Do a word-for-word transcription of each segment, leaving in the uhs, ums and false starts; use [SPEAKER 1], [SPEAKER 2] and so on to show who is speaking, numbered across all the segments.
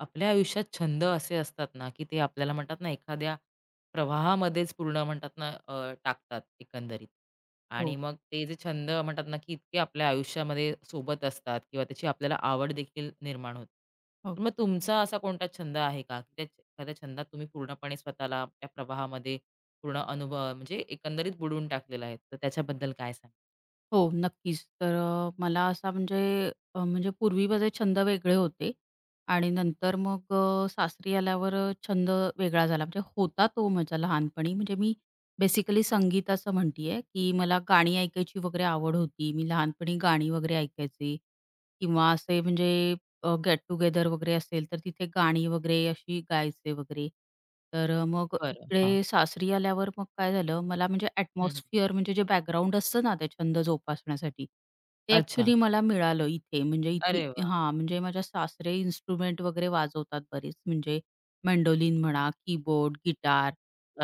[SPEAKER 1] आपल्या आयुष्यात छंद असे असतात ना, की ते आपल्याला म्हणतात ना, एखाद्या प्रवाहामध्येच पूर्ण म्हणतात ना, अ, टाकतात एकंदरीत. आणि
[SPEAKER 2] हो,
[SPEAKER 1] मग ते जे छंद म्हणतात ना, की इतके आपल्या आयुष्यामध्ये सोबत असतात किंवा त्याची आपल्याला आवड देखील निर्माण होते.
[SPEAKER 2] हो.
[SPEAKER 1] तर मग तुमचा असा कोणता छंद आहे का? की त्या एखाद्या छंदात तुम्ही पूर्णपणे स्वतःला त्या प्रवाहामध्ये पूर्ण अनुभव म्हणजे एकंदरीत बुडवून टाकलेला आहे. तर त्याच्याबद्दल काय सांगाल?
[SPEAKER 2] हो, नक्कीच. तर अ, मला असा म्हणजे अ, म्हणजे पूर्वी माझे छंद वेगळे होते आणि नंतर मग अ, सासरी आल्यावर अ, छंद वेगळा झाला. म्हणजे होता तो माझा लहानपणी. म्हणजे मी बेसिकली संगीताचं म्हणते आहे, की मला गाणी ऐकायची वगैरे आवड होती. मी लहानपणी गाणी वगैरे ऐकायचे किंवा असे म्हणजे गेट टुगेदर वगैरे असेल, तर तिथे गाणी वगैरे अशी गायचे वगैरे. तर अ, मग
[SPEAKER 1] बरं. हां.
[SPEAKER 2] इकडे सासरी आल्यावर मग काय झालं, मला म्हणजे
[SPEAKER 1] हं, हं.
[SPEAKER 2] ॲटमॉस्फिअर म्हणजे जे बॅकग्राऊंड असतं ना, ते छंद जोपासण्यासाठी, ते
[SPEAKER 1] अच्छा.
[SPEAKER 2] ॲक्चुअली मला मिळालं इथे. म्हणजे इथली
[SPEAKER 1] अरे वाह!
[SPEAKER 2] हां, म्हणजे माझ्या सासरे इन्स्ट्रुमेंट वगैरे वाजवतात बरेच. म्हणजे मेंडोलिन म्हणा, कीबोर्ड, गिटार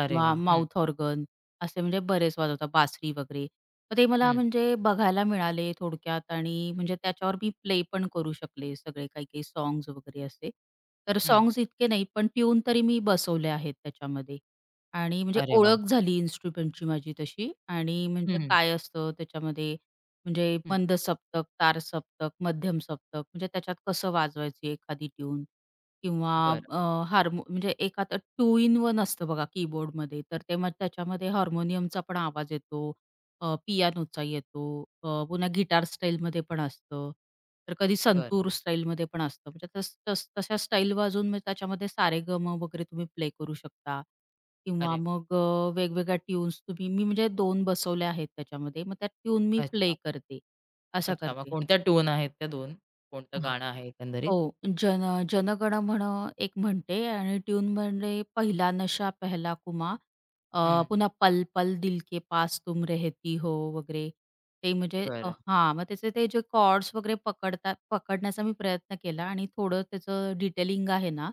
[SPEAKER 1] अरे वाह! हं,
[SPEAKER 2] माउथ ऑर्गन असे म्हणजे बरेच वाजवतात, बासरी वगैरे. मग ते मला
[SPEAKER 1] हं,
[SPEAKER 2] म्हणजे बघायला मिळाले थोडक्यात आणि म्हणजे त्याच्यावर मी प्ले पण करू शकले सगळे काही-काही सॉन्ग्स वगैरे असे. तर
[SPEAKER 1] हं.
[SPEAKER 2] सॉंग्स इतके नाही, पण ट्यून तरी मी बसवले आहेत त्याच्यामध्ये आणि म्हणजे
[SPEAKER 1] अरे वाह!
[SPEAKER 2] ओळख झाली इन्स्ट्रुमेंटची माझी तशी आणि म्हणजे
[SPEAKER 1] हं, हं.
[SPEAKER 2] काय असतं त्याच्यामध्ये म्हणजे मंद सप्तक, तार सप्तक, मध्यम सप्तक म्हणजे त्याच्यात कसं वाजवायची एखादी ट्यून. किंवा
[SPEAKER 1] बरं,
[SPEAKER 2] अ, हार्मो म्हणजे एक आता टू इन वन असतं बघा कीबोर्डमध्ये, तर ते मग त्याच्यामध्ये हार्मोनियमचा पण आवाज येतो, अ, पियानोचा येतो, अ, पुन्हा गिटार स्टाईलमध्ये पण असतं. तर कधी
[SPEAKER 1] बरं.
[SPEAKER 2] संतूर स्टाईलमध्ये पण असतं. म्हणजे तस तस तशा स्टाईल वाजवून मग त्याच्यामध्ये सारेगम वगैरे तुम्ही प्ले करू शकता
[SPEAKER 1] अरे
[SPEAKER 2] किंवा
[SPEAKER 1] वाह!
[SPEAKER 2] मग अ, वेगवेगळ्या ट्यून्स तुम्ही मी म्हणजे दोन बसवल्या आहेत त्याच्यामध्ये. मग त्या ट्यून मी
[SPEAKER 1] अच्छा,
[SPEAKER 2] प्ले करते, असं
[SPEAKER 1] अच्छा. मग
[SPEAKER 2] करते.
[SPEAKER 1] कोणत्या ट्यून आहेत त्या दोन? कोणतं गाणं आहे एकंदरीत?
[SPEAKER 2] हो, जन जनगण मन एक म्हणते आणि ट्यून म्हणजे पहिला नशा पहला कुमा, अ,
[SPEAKER 1] हं,
[SPEAKER 2] पुन्हा पल पल दिल के पास तुम रहती हो वगैरे. ते म्हणजे अ,
[SPEAKER 1] बरं.
[SPEAKER 2] हां, मग त्याचे ते जे कॉर्ड्स वगैरे पकडतात पकडण्याचा मी प्रयत्न केला आणि थोडं त्याचं डिटेलिंग आहे ना,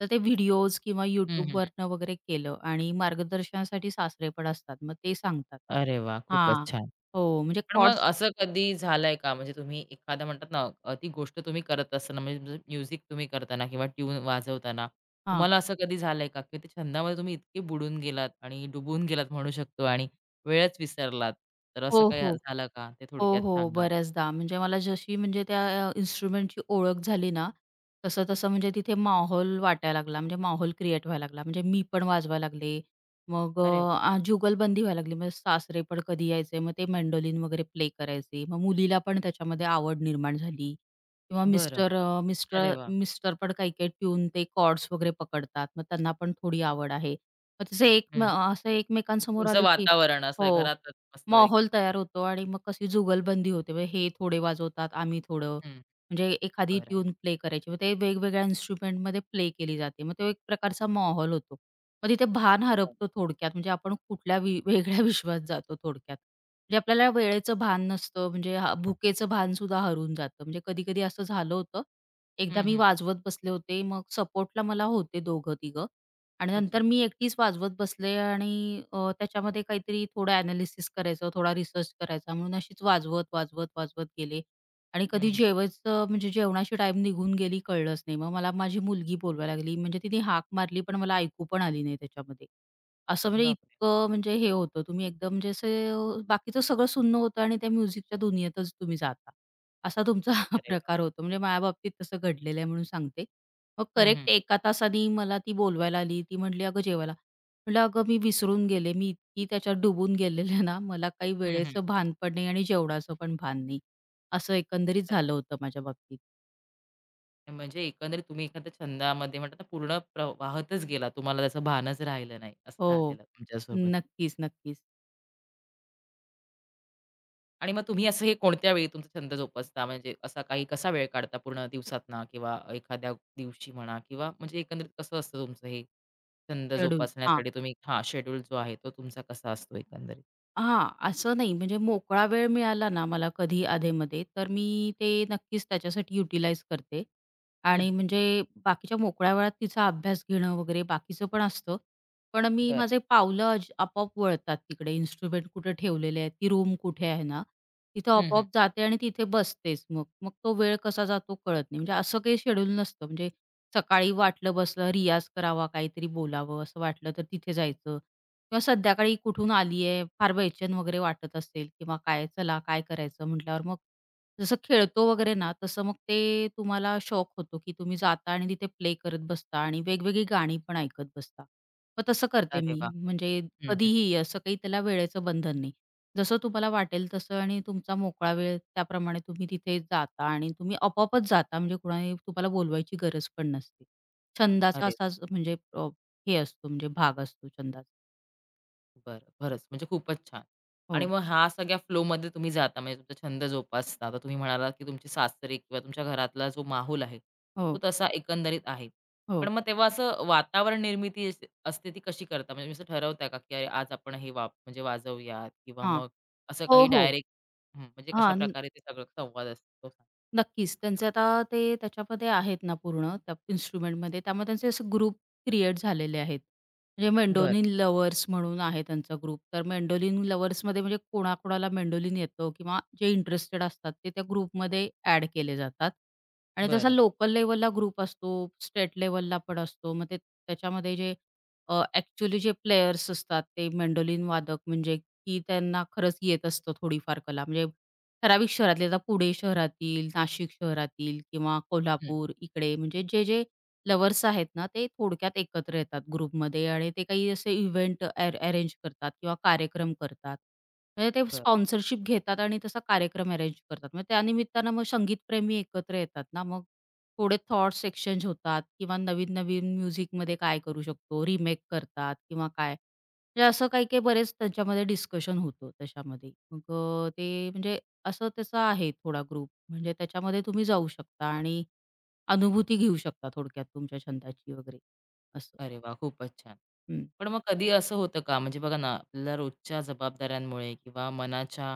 [SPEAKER 2] तर ते व्हिडिओज किंवा
[SPEAKER 1] हं, हं, हं.
[SPEAKER 2] YouTubeवरनं वगैरे केलं आणि मार्गदर्शनासाठी सासरे पण असतात, मग ते सांगतात.
[SPEAKER 1] अरे वाह! खूपच
[SPEAKER 2] हां.
[SPEAKER 1] छान.
[SPEAKER 2] हो, म्हणजे
[SPEAKER 1] पण मग
[SPEAKER 2] कॉर्ड्स
[SPEAKER 1] असं कधी झालंय का? म्हणजे तुम्ही एखादा म्हणतात ना, अ, ती गोष्ट तुम्ही करत असताना म्हणजे म्युझिक तुम्ही करताना किंवा ट्यून वाजवताना
[SPEAKER 2] हां.
[SPEAKER 1] तुम्हाला असं कधी झालंय का, की त्या छंदामध्ये तुम्ही इतके बुडून गेलात आणि डुबून गेलात म्हणू शकतो आणि वेळच विसरलात? तर
[SPEAKER 2] हो,
[SPEAKER 1] असं काही
[SPEAKER 2] हो.
[SPEAKER 1] झालं का? ते
[SPEAKER 2] हो,
[SPEAKER 1] थोडक्यात
[SPEAKER 2] हो.
[SPEAKER 1] सांगा.
[SPEAKER 2] बऱ्याचदा म्हणजे मला जशी म्हणजे त्या अ, इन्स्ट्रुमेंटची ओळख झाली ना, तसं-तसं म्हणजे तिथे माहोल वाटायला लागला. म्हणजे माहोल क्रिएट व्हायला लागला. म्हणजे मी पण वाजवायला लागले. मग अ,
[SPEAKER 1] अरे वाह!
[SPEAKER 2] आ, जुगलबंदी व्हायला लागली. म्हणजे सासरे पण कधी यायचे, मग ते मेंडोलिन वगैरे प्ले करायचे. मग मुलीला पण त्याच्यामध्ये आवड निर्माण झाली किंवा
[SPEAKER 1] बरं.
[SPEAKER 2] मिस्टर अ,
[SPEAKER 1] अरे
[SPEAKER 2] मिस्टर
[SPEAKER 1] वाह!
[SPEAKER 2] मिस्टर पण काही-काही ट्यून ते कॉर्ड्स वगैरे पकडतात. मग त्यांना पण थोडी आवड आहे. मग तसं एक म
[SPEAKER 1] हं.
[SPEAKER 2] असं एकमेकांसमोर
[SPEAKER 1] तुमचं
[SPEAKER 2] आलं की
[SPEAKER 1] वातावरण असं
[SPEAKER 2] हो.
[SPEAKER 1] घरातच मस्तपैकी.
[SPEAKER 2] माहोल तयार होतो आणि मग कशी जुगलबंदी होते. म्हणजे हे थोडे वाजवतात, आम्ही थोडं.
[SPEAKER 1] हं,
[SPEAKER 2] म्हणजे एखादी
[SPEAKER 1] बरं,
[SPEAKER 2] ट्यून प्ले करायची. मग ते वेगवेगळ्या इन्स्ट्रुमेंटमध्ये प्ले केली जाते. मग तो एक प्रकारचा माहोल होतो. मग तिथे भान
[SPEAKER 1] बरं.
[SPEAKER 2] हरपतो थोडक्यात. म्हणजे आपण कुठल्या वि वेगळ्या विश्वात जातो थोडक्यात. म्हणजे आपल्याला वेळेचं भान नसतं. म्हणजे हा भुकेचं भान सुद्धा हरून जातं. म्हणजे कधी-कधी असं झालं होतं. एकदा
[SPEAKER 1] हं,
[SPEAKER 2] मी
[SPEAKER 1] हं.
[SPEAKER 2] वाजवत बसले होते. मग सपोर्टला मला होते दोघं-तिघं. आणि नंतर
[SPEAKER 1] अच्छा.
[SPEAKER 2] मी एकटीच वाजवत बसले आणि अ, त्याच्यामध्ये काहीतरी थोडं ॲनालिसिस करायचं, थोडा रिसर्च करायचा म्हणून अशीच वाजवत, वाजवत, वाजवत गेले आणि
[SPEAKER 1] हं,
[SPEAKER 2] कधी
[SPEAKER 1] हं.
[SPEAKER 2] जेवायचं म्हणजे जेवणाची टाईम निघून गेली कळलंच नाही. मग मला माझी मुलगी बोलवायला लागली. म्हणजे तिने हाक मारली पण मला ऐकू पण आली नाही त्याच्यामध्ये. असं म्हणजे
[SPEAKER 1] बापरे!
[SPEAKER 2] इतकं म्हणजे हे होतं तुम्ही एकदम म्हणजे असे अ, बाकीचं सगळं सुन्न होतं आणि त्या म्युझिकच्या दुनियेतच तुम्ही जाता. असा तुमचा
[SPEAKER 1] अरे वाह!
[SPEAKER 2] प्रकार होतो. म्हणजे माझ्या बाबतीत तसं घडलेलं आहे म्हणून सांगते. मग
[SPEAKER 1] हं, हं.
[SPEAKER 2] करेक्ट एका तासाने मला ती बोलवायला आली. ती म्हटली, "अगं जेवायला." म्हटलं, "अगं मी विसरून गेले. मी इतकी त्याच्यात डुबून गेलेले ना, मला काही
[SPEAKER 1] हं, हं.
[SPEAKER 2] वेळेचं भान पण नाही आणि जेवणाचं पण भान नाही." असं एकंदरीत
[SPEAKER 1] अरे
[SPEAKER 2] झालं होतं माझ्या बाबतीत.
[SPEAKER 1] म्हणजे एकंदरीत तुम्ही एखाद्या छंदामध्ये म्हणतात ना, पूर्ण प्र वाहतच गेला. तुम्हाला त्याचं भानच राहिलं नाही, असं
[SPEAKER 2] हो.
[SPEAKER 1] झालेलं तुमच्यासोबत.
[SPEAKER 2] नक्कीच, नक्कीच.
[SPEAKER 1] आणि मग तुम्ही असं हे कोणत्या वेळी तुमचा छंद जोपासता? म्हणजे असा काही कसा वेळ काढता पूर्ण दिवसातना किंवा एखाद्या दिवशी म्हणा किंवा म्हणजे एकंदरीत कसं असतं तुमचं हे छंद
[SPEAKER 2] शेड्यूल. हां.
[SPEAKER 1] जोपासण्यासाठी तुम्ही हां, शेड्यूल जो आहे तो तुमचा कसा असतो एकंदरीत?
[SPEAKER 2] हां, असं नाही म्हणजे मोकळा वेळ मिळाला ना मला कधी अधेमध्ये, तर मी ते नक्कीच त्याच्यासाठी युटिलाइज करते.
[SPEAKER 1] हं, हं.
[SPEAKER 2] आणि म्हणजे बाकीच्या मोकळ्या वेळात तिचा अभ्यास घेणं वगैरे बाकीचं पण असतं. पण मी
[SPEAKER 1] बरं.
[SPEAKER 2] माझे पावलं अज आपोआप वळतात तिकडे इन्स्ट्रुमेंट कुठे ठेवलेले आहेत, ती रूम कुठे आहे ना, तिथं
[SPEAKER 1] हं, हं.
[SPEAKER 2] आपोआप जाते आणि तिथे बसतेच मग. मग तो वेळ कसा जातो कळत नाही. म्हणजे असं काही शेड्यूल नसतं म्हणजे सकाळी वाटलं बसलं रियाज करावा, काहीतरी बोलावं असं वाटलं तर तिथे जायचं. किंवा संध्याकाळी कुठून आलीये, फार बेचैन वगैरे वाटत असेल किंवा काय चला काय करायचं म्हटल्यावर मग जसं खेळतो वगैरे ना, तसं मग ते तुम्हाला शॉक होतो, की तुम्ही जाता आणि तिथे प्ले करत बसता आणि वेगवेगळी गाणी पण ऐकत बसता. मग तसं करते
[SPEAKER 1] अरे
[SPEAKER 2] मी.
[SPEAKER 1] वाह!
[SPEAKER 2] म्हणजे
[SPEAKER 1] हं, हं.
[SPEAKER 2] कधीही असं काही त्याला वेळेचं बंधन नाही. जसं तुम्हाला वाटेल तसं आणि तुमचा मोकळा वेळ त्याप्रमाणे तुम्ही तिथे जाता आणि तुम्ही आपोआपच जाता म्हणजे कुणाने तुम्हाला बोलवायची गरज पण नसते. छंदाचा
[SPEAKER 1] अरे
[SPEAKER 2] असाच म्हणजे अ, हे असतो म्हणजे भाग असतो छंदाचा.
[SPEAKER 1] बरं. खरंच म्हणजे खूपच छान. आणि
[SPEAKER 2] हो.
[SPEAKER 1] मग ह्या सगळ्या फ्लोमध्ये तुम्ही जाता म्हणजे तुमचा छंद जोपासता. आता तुम्ही म्हणालात, की तुमची सासरे किंवा तुमच्या घरातला जो माहोल आहे,
[SPEAKER 2] हो,
[SPEAKER 1] तो तसा एकंदरीत आहे. पण
[SPEAKER 2] हो.
[SPEAKER 1] मग तेव्हा असं वातावरण निर्मिती अस असते ती कशी करता? म्हणजे तुम्ही असं ठरवता का, की अरे आज आपण हे वाप म्हणजे वाजवूयात किंवा
[SPEAKER 2] हां.
[SPEAKER 1] मग असं
[SPEAKER 2] हो,
[SPEAKER 1] काही
[SPEAKER 2] हो.
[SPEAKER 1] डायरेक्ट हं, म्हणजे
[SPEAKER 2] हां.
[SPEAKER 1] कशाप्रकारे ते सगळं संवाद असतो?
[SPEAKER 2] नक्कीच. त्यांचे आता ते त्याच्यामध्ये आहेत ना पूर्ण त्या इन्स्ट्रुमेंटमध्ये. त्यामुळे त्यांचे असे ग्रुप क्रिएट झालेले आहेत. म्हणजे
[SPEAKER 1] बरं,
[SPEAKER 2] मेंडोलिन लव्हर्स म्हणून आहे त्यांचा ग्रुप. तर मेंडोलिन लव्हर्समध्ये म्हणजे कोणाकोणाला मेंडोलिन येतो किंवा जे इंटरेस्टेड असतात ते त्या ग्रुपमध्ये ॲड केले जातात. आणि तसा
[SPEAKER 1] बरं.
[SPEAKER 2] लोकल लेव्हलला ग्रुप असतो, स्टेट लेव्हलला पण असतो. मग ते त्याच्यामध्ये जे अ, जे प्लेयर्स असतात ते मेंडोलिन वादक म्हणजे की त्यांना खरंच येत असतं थोडीफार कला म्हणजे ठराविक शहरातले आता पुणे शहरातील, नाशिक शहरातील किंवा कोल्हापूर इकडे म्हणजे जे, जे लव्हर्स आहेत ना, ते थोडक्यात एकत्र येतात ग्रुपमध्ये आणि ते काही असे इव्हेंट अरेंज करतात किंवा कार्यक्रम करतात. म्हणजे ते स्पॉन्सरशिप घेतात आणि तसा कार्यक्रम अरेंज करतात. मग त्यानिमित्तानं मग संगीतप्रेमी एकत्र येतात ना, मग थोडे थॉट्स एक्सचेंज होतात किंवा नवीन-नवीन म्युझिकमध्ये काय करू शकतो, रिमेक करतात किंवा काय. म्हणजे असं काही-काही बरेच त्यांच्यामध्ये डिस्कशन होतं त्याच्यामध्ये. मग अ, ते म्हणजे असं त्याचा आहे थोडा ग्रुप. म्हणजे त्याच्यामध्ये तुम्ही जाऊ शकता आणि अनुभूती घेऊ शकता थोडक्यात तुमच्या छंदाची वगैरे असं.
[SPEAKER 1] अरे वा खूपच छान.
[SPEAKER 2] हं.
[SPEAKER 1] पण मग कधी असं होतं का, म्हणजे बघा ना, आपल्याला रोजच्या जबाबदाऱ्यांमुळे किंवा मनाच्या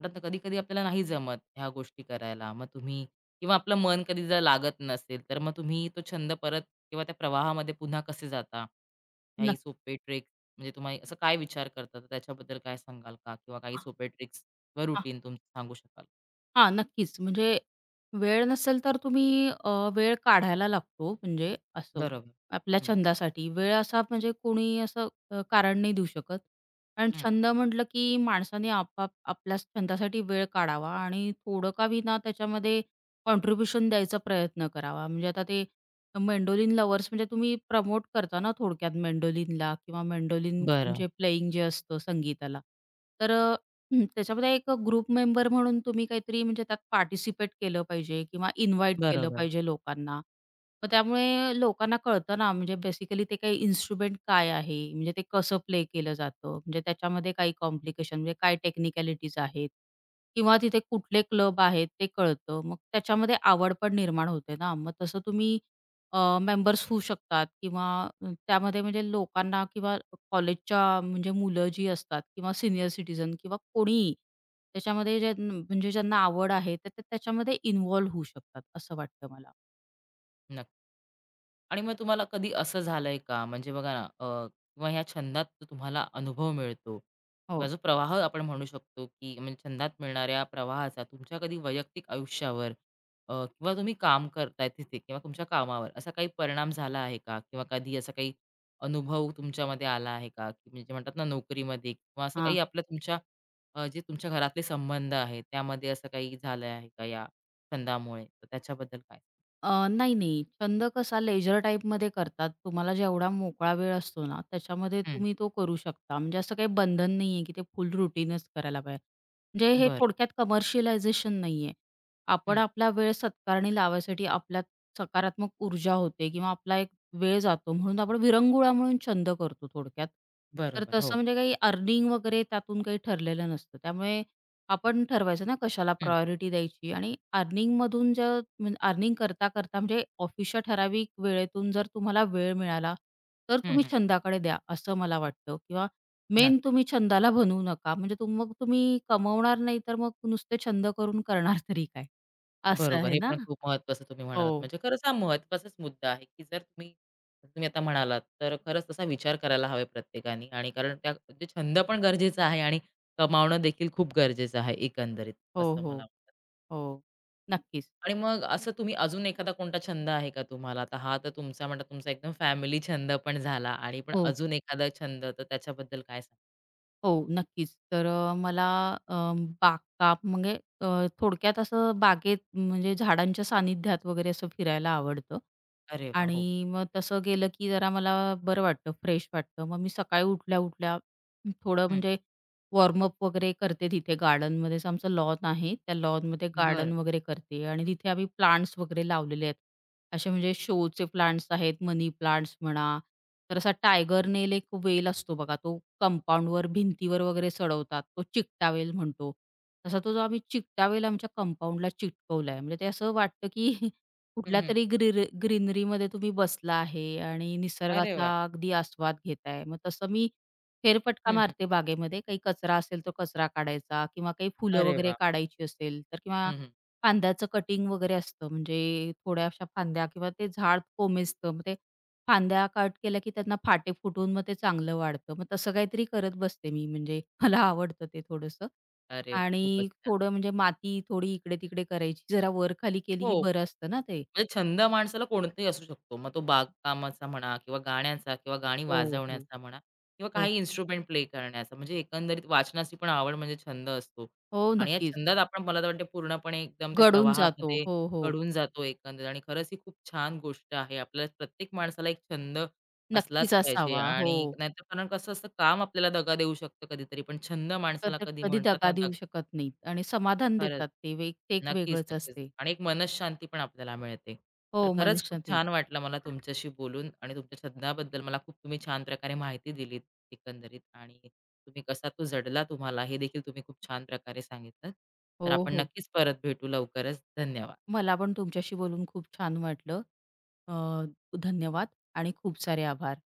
[SPEAKER 1] म्हणतात ना, कधी-कधी आपल्याला नाही जमत ह्या गोष्टी करायला. मग तुम्ही किंवा आपलं मन कधी जर लागत नसेल, तर मग तुम्ही तो छंद परत किंवा त्या प्रवाहामध्ये पुन्हा कसे जाता? काही
[SPEAKER 2] नक्क
[SPEAKER 1] सोपे ट्रिक्स म्हणजे तुम्ही असं काय विचार करता? त्याच्याबद्दल काय सांगाल का? किंवा काही सोपे ट्रिक्स किंवा रुटीन तुमचं सांगू शकाल?
[SPEAKER 2] हां, नक्कीच. म्हणजे वेळ नसेल तर तुम्ही अ, वेळ काढायला लागतो म्हणजे असं
[SPEAKER 1] बरोबर.
[SPEAKER 2] आपल्या
[SPEAKER 1] हं,
[SPEAKER 2] छंदासाठी. वेळ असा म्हणजे कोणी असं अ, कारण नाही देऊ शकत. आणि
[SPEAKER 1] हं.
[SPEAKER 2] छंद म्हटलं की माणसाने आपाप आपल्याच छंदासाठी वेळ काढावा आणि थोडं का होईना त्याच्यामध्ये कॉन्ट्रिब्युशन द्यायचा प्रयत्न करावा. म्हणजे आता ते मेंडोलिन लवर्स म्हणजे तुम्ही प्रमोट करता ना थोडक्यात मेंडोलिनला किंवा मेंडोलिन
[SPEAKER 1] बरं.
[SPEAKER 2] म्हणजे प्लेइंग जे असतं संगीताला. तर हं, त्याच्यामध्ये एक ग्रुप मेंबर म्हणून तुम्ही काहीतरी म्हणजे त्यात पार्टिसिपेट केलं पाहिजे किंवा इन्व्हाईट केलं
[SPEAKER 1] बरोबर.
[SPEAKER 2] पाहिजे लोकांना. मग त्यामुळे लोकांना कळतं ना, म्हणजे बेसिकली ते काही इन्स्ट्रुमेंट काय आहे, म्हणजे ते कसं प्ले केलं जातं, म्हणजे त्याच्यामध्ये काही कॉम्प्लिकेशन म्हणजे काय टेक्निकॅलिटीज आहेत किंवा तिथे कुठले क्लब आहेत ते कळतं. मग त्याच्यामध्ये आवड पण निर्माण होते ना. मग तसं तुम्ही अ, मेंबर्स होऊ शकतात किंवा अ, त्यामध्ये म्हणजे लोकांना किंवा कॉलेजच्या म्हणजे मुलं जी असतात किंवा सीनियर सिटीझन किंवा कोणीही त्याच्यामध्ये ज्या म्हणजे ज्यांना आवड आहे तर ते त्याच्यामध्ये इन्व्हॉल्व होऊ शकतात असं वाटतं मला.
[SPEAKER 1] नक्की. आणि मग तुम्हाला कधी असं झालंय का म्हणजे बघा ना अ, किंवा ह्या छंदात जो तुम्हाला अनुभव मिळतो किंवा
[SPEAKER 2] हो.
[SPEAKER 1] जो प्रवाह आपण म्हणू शकतो की म्हणजे छंदात मिळणाऱ्या प्रवाहाचा तुमच्या कधी वैयक्तिक आयुष्यावर अ, किंवा तुम्ही काम करताय तिथे किंवा तुमच्या कामावर असा काही परिणाम झाला आहे का किंवा कधी असा काही अनुभव तुमच्यामध्ये आला आहे का की म्हणजे म्हणतात ना नोकरीमध्ये किंवा असं काही
[SPEAKER 2] हां.
[SPEAKER 1] आपल्या तुमच्या अ, जे तुमच्या घरातले संबंध आहेत त्यामध्ये असं काही झालं आहे का या छंदामुळे तर त्याच्याबद्दल काय
[SPEAKER 2] अ, नाही, नाही. छंद कसा लेजर टाईपमध्ये करतात. तुम्हाला जेवढा मोकळा वेळ असतो ना, त्याच्यामध्ये
[SPEAKER 1] हं,
[SPEAKER 2] तुम्ही तो करू शकता. म्हणजे असं काही बंधन नाही आहे, की ते फुल रुटीनच करायला पाहिजे. म्हणजे हे
[SPEAKER 1] बरं
[SPEAKER 2] थोडक्यात कमर्शियलायझेशन नाही आहे. आपण
[SPEAKER 1] हं,
[SPEAKER 2] आपला वेळ सत्कारणी लावायसाठी आपल्यात सकारात्मक ऊर्जा होते किंवा आपला एक वेळ जातो म्हणून आपण विरंगुळा म्हणून छंद करतो थोडक्यात. तर
[SPEAKER 1] बरोबर. हो.
[SPEAKER 2] तसं म्हणजे काही अर्निंग वगैरे त्यातून काही ठरलेलं नसतं. त्यामुळे आपण ठरवायचं ना कशाला
[SPEAKER 1] हं,
[SPEAKER 2] प्रायोरिटी द्यायची आणि अर्निंगमधून जर म्हणजे अर्निंग करता करता म्हणजे ऑफिसच्या ठराविक वेळेतून जर तुम्हाला वेळ मिळाला, तर
[SPEAKER 1] हं,
[SPEAKER 2] तुम्ही
[SPEAKER 1] हं.
[SPEAKER 2] छंदाकडे द्या, असं मला वाटतं किंवा
[SPEAKER 1] नाही.
[SPEAKER 2] मेन तुम्ही छंदाला बनवू नका. म्हणजे तुम मग तुम्ही कमवणार नाही, तर मग नुसते छंद करून करणार तरी काय? असं
[SPEAKER 1] बरोबर.
[SPEAKER 2] आहे
[SPEAKER 1] हे
[SPEAKER 2] ना?
[SPEAKER 1] पण खूप महत्त्वाचं तुम्ही म्हणालात.
[SPEAKER 2] हो.
[SPEAKER 1] म्हणजे खरंच हा महत्त्वाचाच मुद्दा आहे, की जर तुम्ही तुम्ही आता म्हणालात, तर खरंच तसा विचार करायला हवा प्रत्येकाने आणि कारण त्या म्हणजे छंद पण गरजेचा आहे आणि कमावणं देखील खूप गरजेचं आहे एकंदरीत,
[SPEAKER 2] हो,
[SPEAKER 1] असं
[SPEAKER 2] हो.
[SPEAKER 1] मला वाटतं.
[SPEAKER 2] हो. नक्कीच.
[SPEAKER 1] आणि मग असं तुम्ही अजून एखादा कोणता छंद आहे का तुम्हाला? आता हा तर तुमचा म्हणता तुमचा एकदम फॅमिली छंद पण झाला आणि पण
[SPEAKER 2] हो.
[SPEAKER 1] अजून एखादा छंद तर त्याच्याबद्दल काय सांगाल?
[SPEAKER 2] हो, नक्कीच. तर अ, मला अ, बागकाम म्हणजे अ, थोडक्यात असं बागेत म्हणजे झाडांच्या सानिध्यात वगैरे असं फिरायला आवडतं.
[SPEAKER 1] अरे वाह! हो.
[SPEAKER 2] आणि मग तसं गेलं की जरा मला बरं वाटतं, फ्रेश वाटतं. मग मी सकाळी उठल्या-उठल्या थोडं
[SPEAKER 1] हं.
[SPEAKER 2] म्हणजे वॉर्मअप वगैरे करते तिथे गार्डनमध्येच आमचं लॉन आहे. त्या लॉनमध्ये
[SPEAKER 1] बरं.
[SPEAKER 2] गार्डन वगैरे करते आणि तिथे आम्ही प्लांट्स वगैरे लावलेले आहेत. असे म्हणजे शोचे प्लांट्स आहेत, मनी प्लांट्स म्हणा. तर असा टायगर नेल एक वेल असतो बघा, तो कंपाऊंडवर, भिंतीवर वगैरे चढवतात. तो चिकटा वेल म्हणतो. तसा तो जो आम्ही चिकटा वेल आमच्या कंपाऊंडला चिटकवलाय. म्हणजे ते असं वाटतं की
[SPEAKER 1] हं, हं.
[SPEAKER 2] कुठल्यातरी ग्रीर ग्रीनरीमध्ये तुम्ही बसला आहे आणि
[SPEAKER 1] अरे वाह!
[SPEAKER 2] निसर्गाचा अगदी आस्वाद घेताय. मग तसं मी फेरफटका
[SPEAKER 1] हं, हं.
[SPEAKER 2] मारते बागेमध्ये. काही कचरा असेल तर कचरा काढायचा किंवा काही फुलं
[SPEAKER 1] अरे
[SPEAKER 2] वगैरे
[SPEAKER 1] वाह!
[SPEAKER 2] काढायची असेल तर किंवा
[SPEAKER 1] हं, हं.
[SPEAKER 2] फांद्याचं कटिंग वगैरे असतं म्हणजे थोड्याशा फांद्या किंवा ते झाड कोमेजतं. मग ते फांद्या कट केल्या की त्यांना फाटे फुटून मग ते चांगलं वाढतं. मग तसं काहीतरी करत बसते मी म्हणजे मला आवडतं ते थोडंसं.
[SPEAKER 1] अरे वाह! खूपच
[SPEAKER 2] आणि
[SPEAKER 1] छान.
[SPEAKER 2] थोडं म्हणजे माती थोडी इकडे-तिकडे करायची. जरा वर-खाली केली की
[SPEAKER 1] हो,
[SPEAKER 2] बरं असतं ना ते.
[SPEAKER 1] म्हणजे छंद माणसाला कोणताही असू शकतो. मग तो बागकामाचा म्हणा किंवा गाण्याचा किंवा गाणी
[SPEAKER 2] हो, हो.
[SPEAKER 1] वाजवण्याचा म्हणा किंवा
[SPEAKER 2] हो,
[SPEAKER 1] काही इन्स्ट्रुमेंट प्ले करण्याचा. म्हणजे एकंदरीत वाचनाची पण आवड म्हणजे छंद असतो.
[SPEAKER 2] हो,
[SPEAKER 1] आणि या
[SPEAKER 2] नक्कीच.
[SPEAKER 1] छंदात आपण मला तर वाटतं पूर्णपणे एकदम त्या
[SPEAKER 2] गळून जातो.
[SPEAKER 1] प्रवाहामध्ये
[SPEAKER 2] हो, हो.
[SPEAKER 1] घडून जातो एकंदरीत आणि खरंच ही खूप छान गोष्ट आहे. आपल्याला प्रत्येक माणसाला एक छंद असलाच
[SPEAKER 2] नक्कीच
[SPEAKER 1] पाहिजे
[SPEAKER 2] असावा. हो.
[SPEAKER 1] आणि नाहीतर कारण कसं असतं काम आपल्याला दगा देऊ शकतं कधीतरी, पण छंद माणसाला
[SPEAKER 2] कधी
[SPEAKER 1] कधी
[SPEAKER 2] कधी
[SPEAKER 1] म्हणतात ना
[SPEAKER 2] दगा देऊ शकत नाहीत आणि समाधान
[SPEAKER 1] खरंच.
[SPEAKER 2] देतात ते वे ते एक
[SPEAKER 1] नक्कीच,
[SPEAKER 2] वेगळंच
[SPEAKER 1] नक्कीच.
[SPEAKER 2] असते.
[SPEAKER 1] आणि एक मनःशांती पण आपल्याला मिळते. तर
[SPEAKER 2] हो,
[SPEAKER 1] खरंच खूप
[SPEAKER 2] मनःशांती.
[SPEAKER 1] छान वाटलं मला तुमच्याशी बोलून आणि तुमच्या छंदाबद्दल मला खूप तुम्ही छान प्रकारे माहिती दिलीत एकंदरीत आणि तुम्ही कसा तो जडला तुम्हाला हे देखील तुम्ही खूप छान प्रकारे सांगितलं. तर
[SPEAKER 2] हो,
[SPEAKER 1] आपण
[SPEAKER 2] हो.
[SPEAKER 1] नक्कीच परत भेटू लवकरच. धन्यवाद.
[SPEAKER 2] मला पण तुमच्याशी बोलून खूप छान वाटलं. अ, धन्यवाद आणि खूप सारे आभार.